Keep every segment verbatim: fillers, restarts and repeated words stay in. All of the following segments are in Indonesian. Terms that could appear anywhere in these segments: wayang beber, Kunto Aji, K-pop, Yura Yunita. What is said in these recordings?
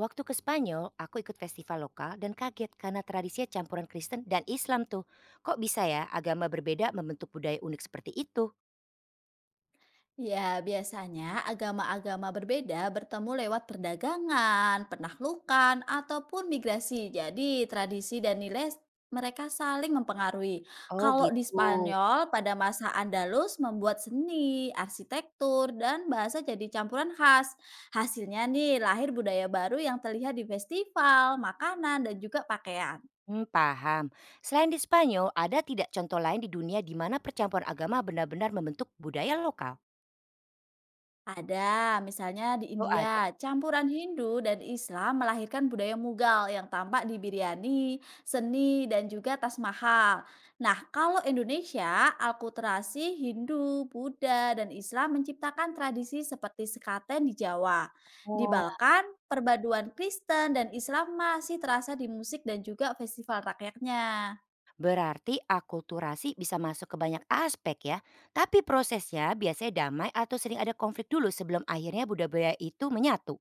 Waktu ke Spanyol, aku ikut festival lokal dan kaget karena tradisinya campuran Kristen dan Islam tuh. Kok bisa ya agama berbeda membentuk budaya unik seperti itu? Ya, biasanya agama-agama berbeda bertemu lewat perdagangan, penaklukan, ataupun migrasi. Jadi, tradisi dan nilai s- mereka saling mempengaruhi. Oh Kalau di gitu. Spanyol, pada masa Andalus membuat seni, arsitektur, dan bahasa jadi campuran khas. Hasilnya nih, lahir budaya baru yang terlihat di festival, makanan, dan juga pakaian. Hmm, paham. Selain di Spanyol, ada tidak contoh lain di dunia di mana percampuran agama benar-benar membentuk budaya lokal? Ada, misalnya di Oh ada. India, campuran Hindu dan Islam melahirkan budaya Mughal yang tampak di biryani, seni, dan juga tas mahal. Nah, kalau Indonesia, alkulturasi Hindu, Buddha, dan Islam menciptakan tradisi seperti sekaten di Jawa. Di Wah. Balkan, perpaduan Kristen dan Islam masih terasa di musik dan juga festival rakyatnya. Berarti akulturasi bisa masuk ke banyak aspek ya. Tapi prosesnya biasanya damai atau sering ada konflik dulu sebelum akhirnya budaya itu menyatu.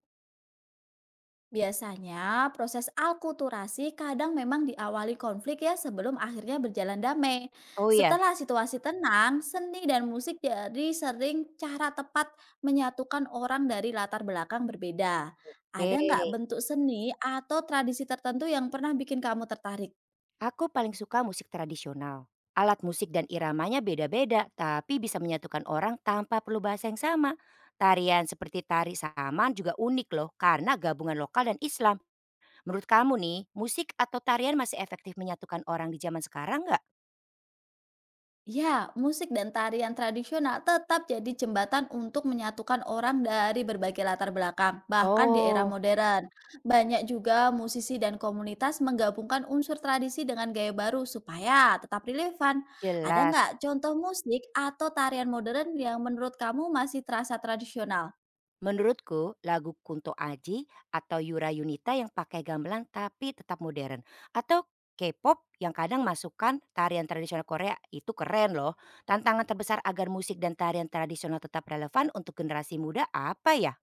Biasanya, proses alkulturasi kadang memang diawali konflik ya sebelum akhirnya berjalan damai. Oh iya. Setelah situasi tenang, seni dan musik jadi sering cara tepat menyatukan orang dari latar belakang berbeda. Ada Oke. nggak bentuk seni atau tradisi tertentu yang pernah bikin kamu tertarik? Aku paling suka musik tradisional. Alat musik dan iramanya beda-beda, tapi bisa menyatukan orang tanpa perlu bahasa yang sama. Tarian seperti tari saman juga unik loh, karena gabungan lokal dan Islam. Menurut kamu nih, musik atau tarian masih efektif menyatukan orang di zaman sekarang nggak? Ya, musik dan tarian tradisional tetap jadi jembatan untuk menyatukan orang dari berbagai latar belakang, bahkan di era Oh, modern. Banyak juga musisi dan komunitas menggabungkan unsur tradisi dengan gaya baru supaya tetap relevan. Ada jelas. nggak contoh musik atau tarian modern yang menurut kamu masih terasa tradisional? Menurutku lagu Kunto Aji atau Yura Yunita yang pakai gamelan tapi tetap modern. Atau K-pop yang kadang masukkan tarian tradisional Korea itu keren loh. Tantangan terbesar agar musik dan tarian tradisional tetap relevan untuk generasi muda apa ya?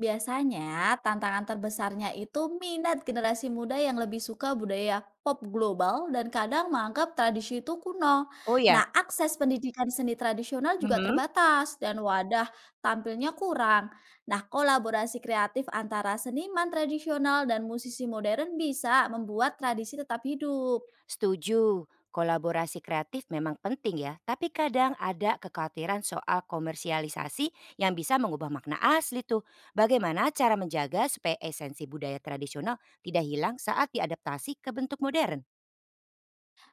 Biasanya, tantangan terbesarnya itu minat generasi muda yang lebih suka budaya pop global dan kadang menganggap tradisi itu kuno. Oh ya? Nah, akses pendidikan seni tradisional juga Mhm. terbatas dan wadah tampilnya kurang. Nah, kolaborasi kreatif antara seniman tradisional dan musisi modern bisa membuat tradisi tetap hidup. Setuju, kolaborasi kreatif memang penting ya, tapi kadang ada kekhawatiran soal komersialisasi yang bisa mengubah makna asli tuh. Bagaimana cara menjaga supaya esensi budaya tradisional tidak hilang saat diadaptasi ke bentuk modern?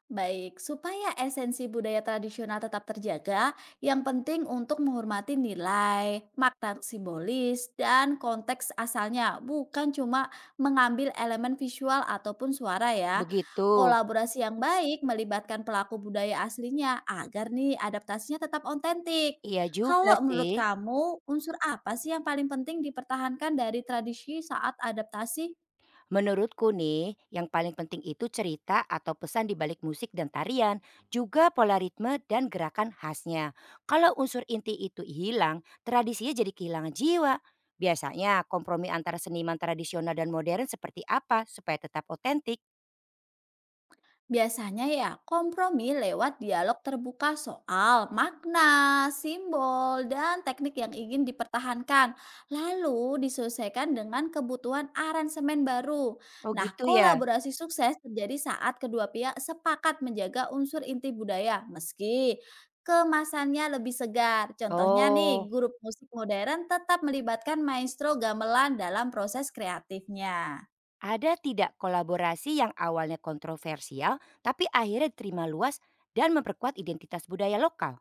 Baik, supaya esensi budaya tradisional tetap terjaga, yang penting untuk menghormati nilai, makna simbolis, dan konteks asalnya, bukan cuma mengambil elemen visual ataupun suara ya. Begitu. Kolaborasi yang baik melibatkan pelaku budaya aslinya agar nih adaptasinya tetap otentik. Iya juga Kalau sih. menurut kamu, unsur apa sih yang paling penting dipertahankan dari tradisi saat adaptasi? Menurutku nih, yang paling penting itu cerita atau pesan di balik musik dan tarian, juga pola ritme dan gerakan khasnya. Kalau unsur inti itu hilang, tradisinya jadi kehilangan jiwa. Biasanya kompromi antara seniman tradisional dan modern seperti apa supaya tetap otentik? Biasanya ya kompromi lewat dialog terbuka soal makna, simbol, dan teknik yang ingin dipertahankan. Lalu disesuaikan dengan kebutuhan aransemen baru. Oh Nah, gitu ya? kolaborasi sukses terjadi saat kedua pihak sepakat menjaga unsur inti budaya meski kemasannya lebih segar. Contohnya nih, Oh, grup musik modern tetap melibatkan maestro gamelan dalam proses kreatifnya. ada tidak kolaborasi yang awalnya kontroversial tapi akhirnya diterima luas dan memperkuat identitas budaya lokal?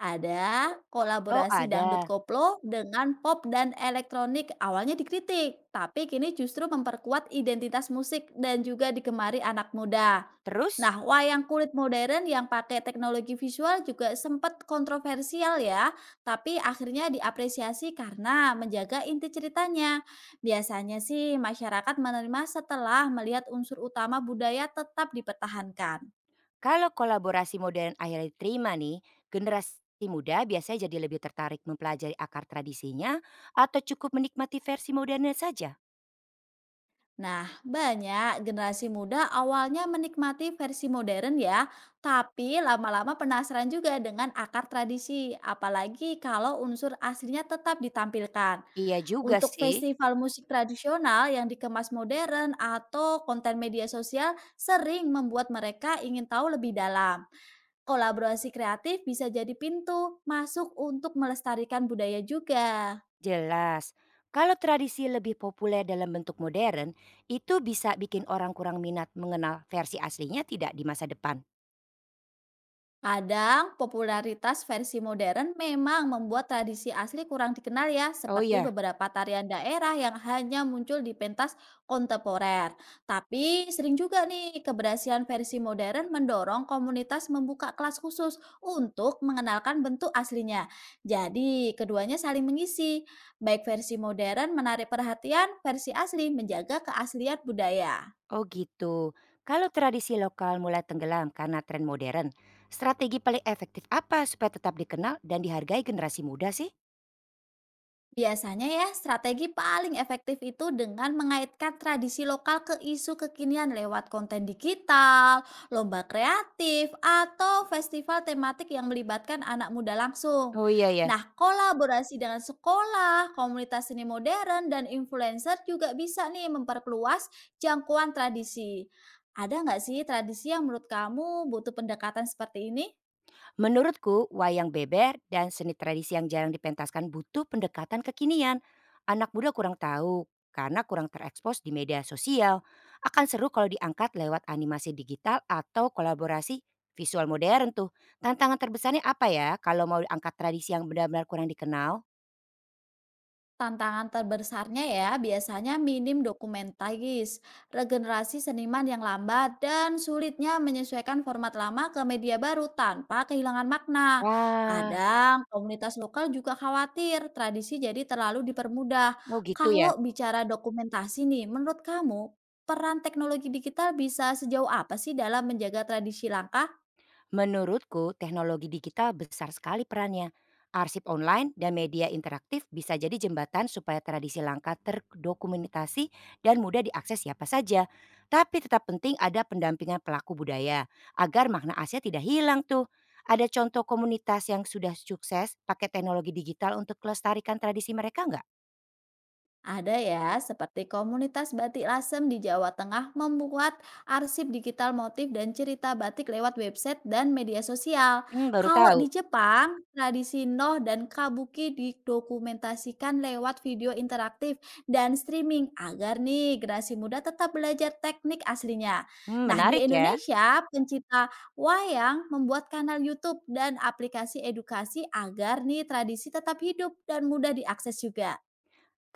Ada Oh kolaborasi dangdut ada. koplo dengan pop dan elektronik awalnya dikritik, tapi kini justru memperkuat identitas musik dan juga digemari anak muda. Terus? Nah, wayang kulit modern yang pakai teknologi visual juga sempat kontroversial ya, tapi akhirnya diapresiasi karena menjaga inti ceritanya. Biasanya sih masyarakat menerima setelah melihat unsur utama budaya tetap dipertahankan. Kalau kolaborasi modern akhirnya diterima nih, generasi muda biasanya jadi lebih tertarik mempelajari akar tradisinya atau cukup menikmati versi modernnya saja? Nah, banyak generasi muda awalnya menikmati versi modern ya, tapi lama-lama penasaran juga dengan akar tradisi, apalagi kalau unsur aslinya tetap ditampilkan. Iya juga Untuk sih, festival musik tradisional yang dikemas modern atau konten media sosial sering membuat mereka ingin tahu lebih dalam. Kolaborasi kreatif bisa jadi pintu masuk untuk melestarikan budaya juga. jelas. Kalau tradisi lebih populer dalam bentuk modern, itu bisa bikin orang kurang minat mengenal versi aslinya tidak di masa depan. Kadang popularitas versi modern memang membuat tradisi asli kurang dikenal ya, Oh seperti iya, beberapa tarian daerah yang hanya muncul di pentas kontemporer. Tapi sering juga nih keberhasilan versi modern mendorong komunitas membuka kelas khusus untuk mengenalkan bentuk aslinya. Jadi keduanya saling mengisi. Baik versi modern menarik perhatian, versi asli menjaga keaslian budaya. oh gitu. Kalau tradisi lokal mulai tenggelam karena tren modern, strategi paling efektif apa supaya tetap dikenal dan dihargai generasi muda sih? Biasanya ya, strategi paling efektif itu dengan mengaitkan tradisi lokal ke isu kekinian lewat konten digital, lomba kreatif, atau festival tematik yang melibatkan anak muda langsung. Oh iya ya, Nah, kolaborasi dengan sekolah, komunitas seni modern, dan influencer juga bisa nih memperluas jangkauan tradisi. Ada nggak sih tradisi yang menurut kamu butuh pendekatan seperti ini? menurutku, wayang beber dan seni tradisi yang jarang dipentaskan butuh pendekatan kekinian. Anak muda kurang tahu karena kurang terekspos di media sosial. Akan seru kalau diangkat lewat animasi digital atau kolaborasi visual modern tuh. Tantangan terbesarnya apa ya kalau mau angkat tradisi yang benar-benar kurang dikenal? Tantangan terbesarnya ya biasanya minim dokumentaris, regenerasi seniman yang lambat, dan sulitnya menyesuaikan format lama ke media baru tanpa kehilangan makna. Wah, Kadang komunitas lokal juga khawatir tradisi jadi terlalu dipermudah. oh gitu ya. Kalau bicara dokumentasi nih, menurut kamu peran teknologi digital bisa sejauh apa sih dalam menjaga tradisi langka. Menurutku, teknologi digital besar sekali perannya. Arsip online dan media interaktif bisa jadi jembatan supaya tradisi langka terdokumentasi dan mudah diakses siapa saja. Tapi tetap penting ada pendampingan pelaku budaya agar makna Asia tidak hilang tuh. Ada contoh komunitas yang sudah sukses pakai teknologi digital untuk kelestarikan tradisi mereka nggak? Ada ya, seperti komunitas batik lasem di Jawa Tengah membuat arsip digital motif dan cerita batik lewat website dan media sosial. Hmm, baru Kalau tahu. di Jepang, tradisi noh dan kabuki didokumentasikan lewat video interaktif dan streaming agar nih generasi muda tetap belajar teknik aslinya. Hmm, Nah, di menarik ya. Indonesia, pencipta wayang membuat kanal YouTube dan aplikasi edukasi agar nih tradisi tetap hidup dan mudah diakses juga.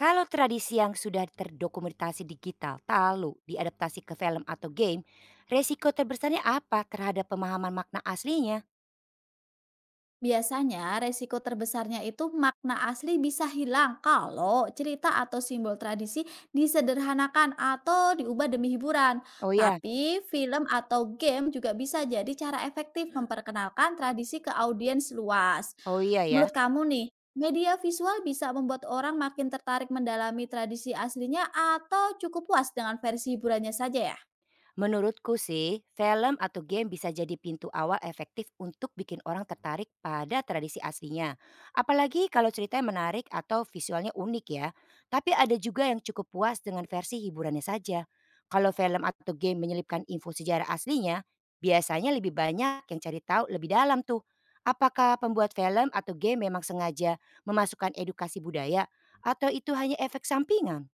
Kalau tradisi yang sudah terdokumentasi digital lalu diadaptasi ke film atau game, resiko terbesarnya apa terhadap pemahaman makna aslinya? Biasanya, resiko terbesarnya itu makna asli bisa hilang kalau cerita atau simbol tradisi disederhanakan atau diubah demi hiburan. Oh ya, Tapi, film atau game juga bisa jadi cara efektif memperkenalkan tradisi ke audiens luas. oh iya ya. Menurut kamu nih, media visual bisa membuat orang makin tertarik mendalami tradisi aslinya atau cukup puas dengan versi hiburannya saja ya? Menurutku sih, film atau game bisa jadi pintu awal efektif untuk bikin orang tertarik pada tradisi aslinya. Apalagi kalau ceritanya menarik atau visualnya unik ya. Tapi ada juga yang cukup puas dengan versi hiburannya saja. Kalau film atau game menyelipkan info sejarah aslinya, biasanya lebih banyak yang cari tahu lebih dalam tuh. Apakah pembuat film atau game memang sengaja memasukkan edukasi budaya atau itu hanya efek sampingan?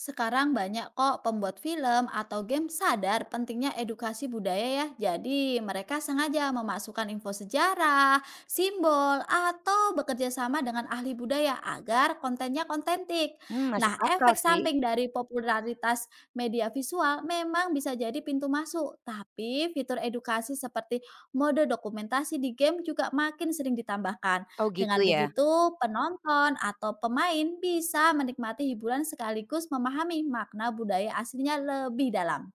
Sekarang banyak kok pembuat film atau game sadar pentingnya edukasi budaya ya. Jadi mereka sengaja memasukkan info sejarah, simbol, atau bekerja sama dengan ahli budaya agar kontennya kontentik. Hmm, masuk Nah, akal efek sih. samping dari popularitas media visual memang bisa jadi pintu masuk. Tapi fitur edukasi seperti mode dokumentasi di game juga makin sering ditambahkan. Oh Dengan gitu ya. begitu, penonton atau pemain bisa menikmati hiburan sekaligus memahami makna budaya aslinya lebih dalam.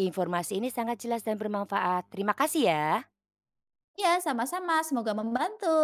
Informasi ini sangat jelas dan bermanfaat. Terima kasih ya. Ya, sama-sama. Semoga membantu.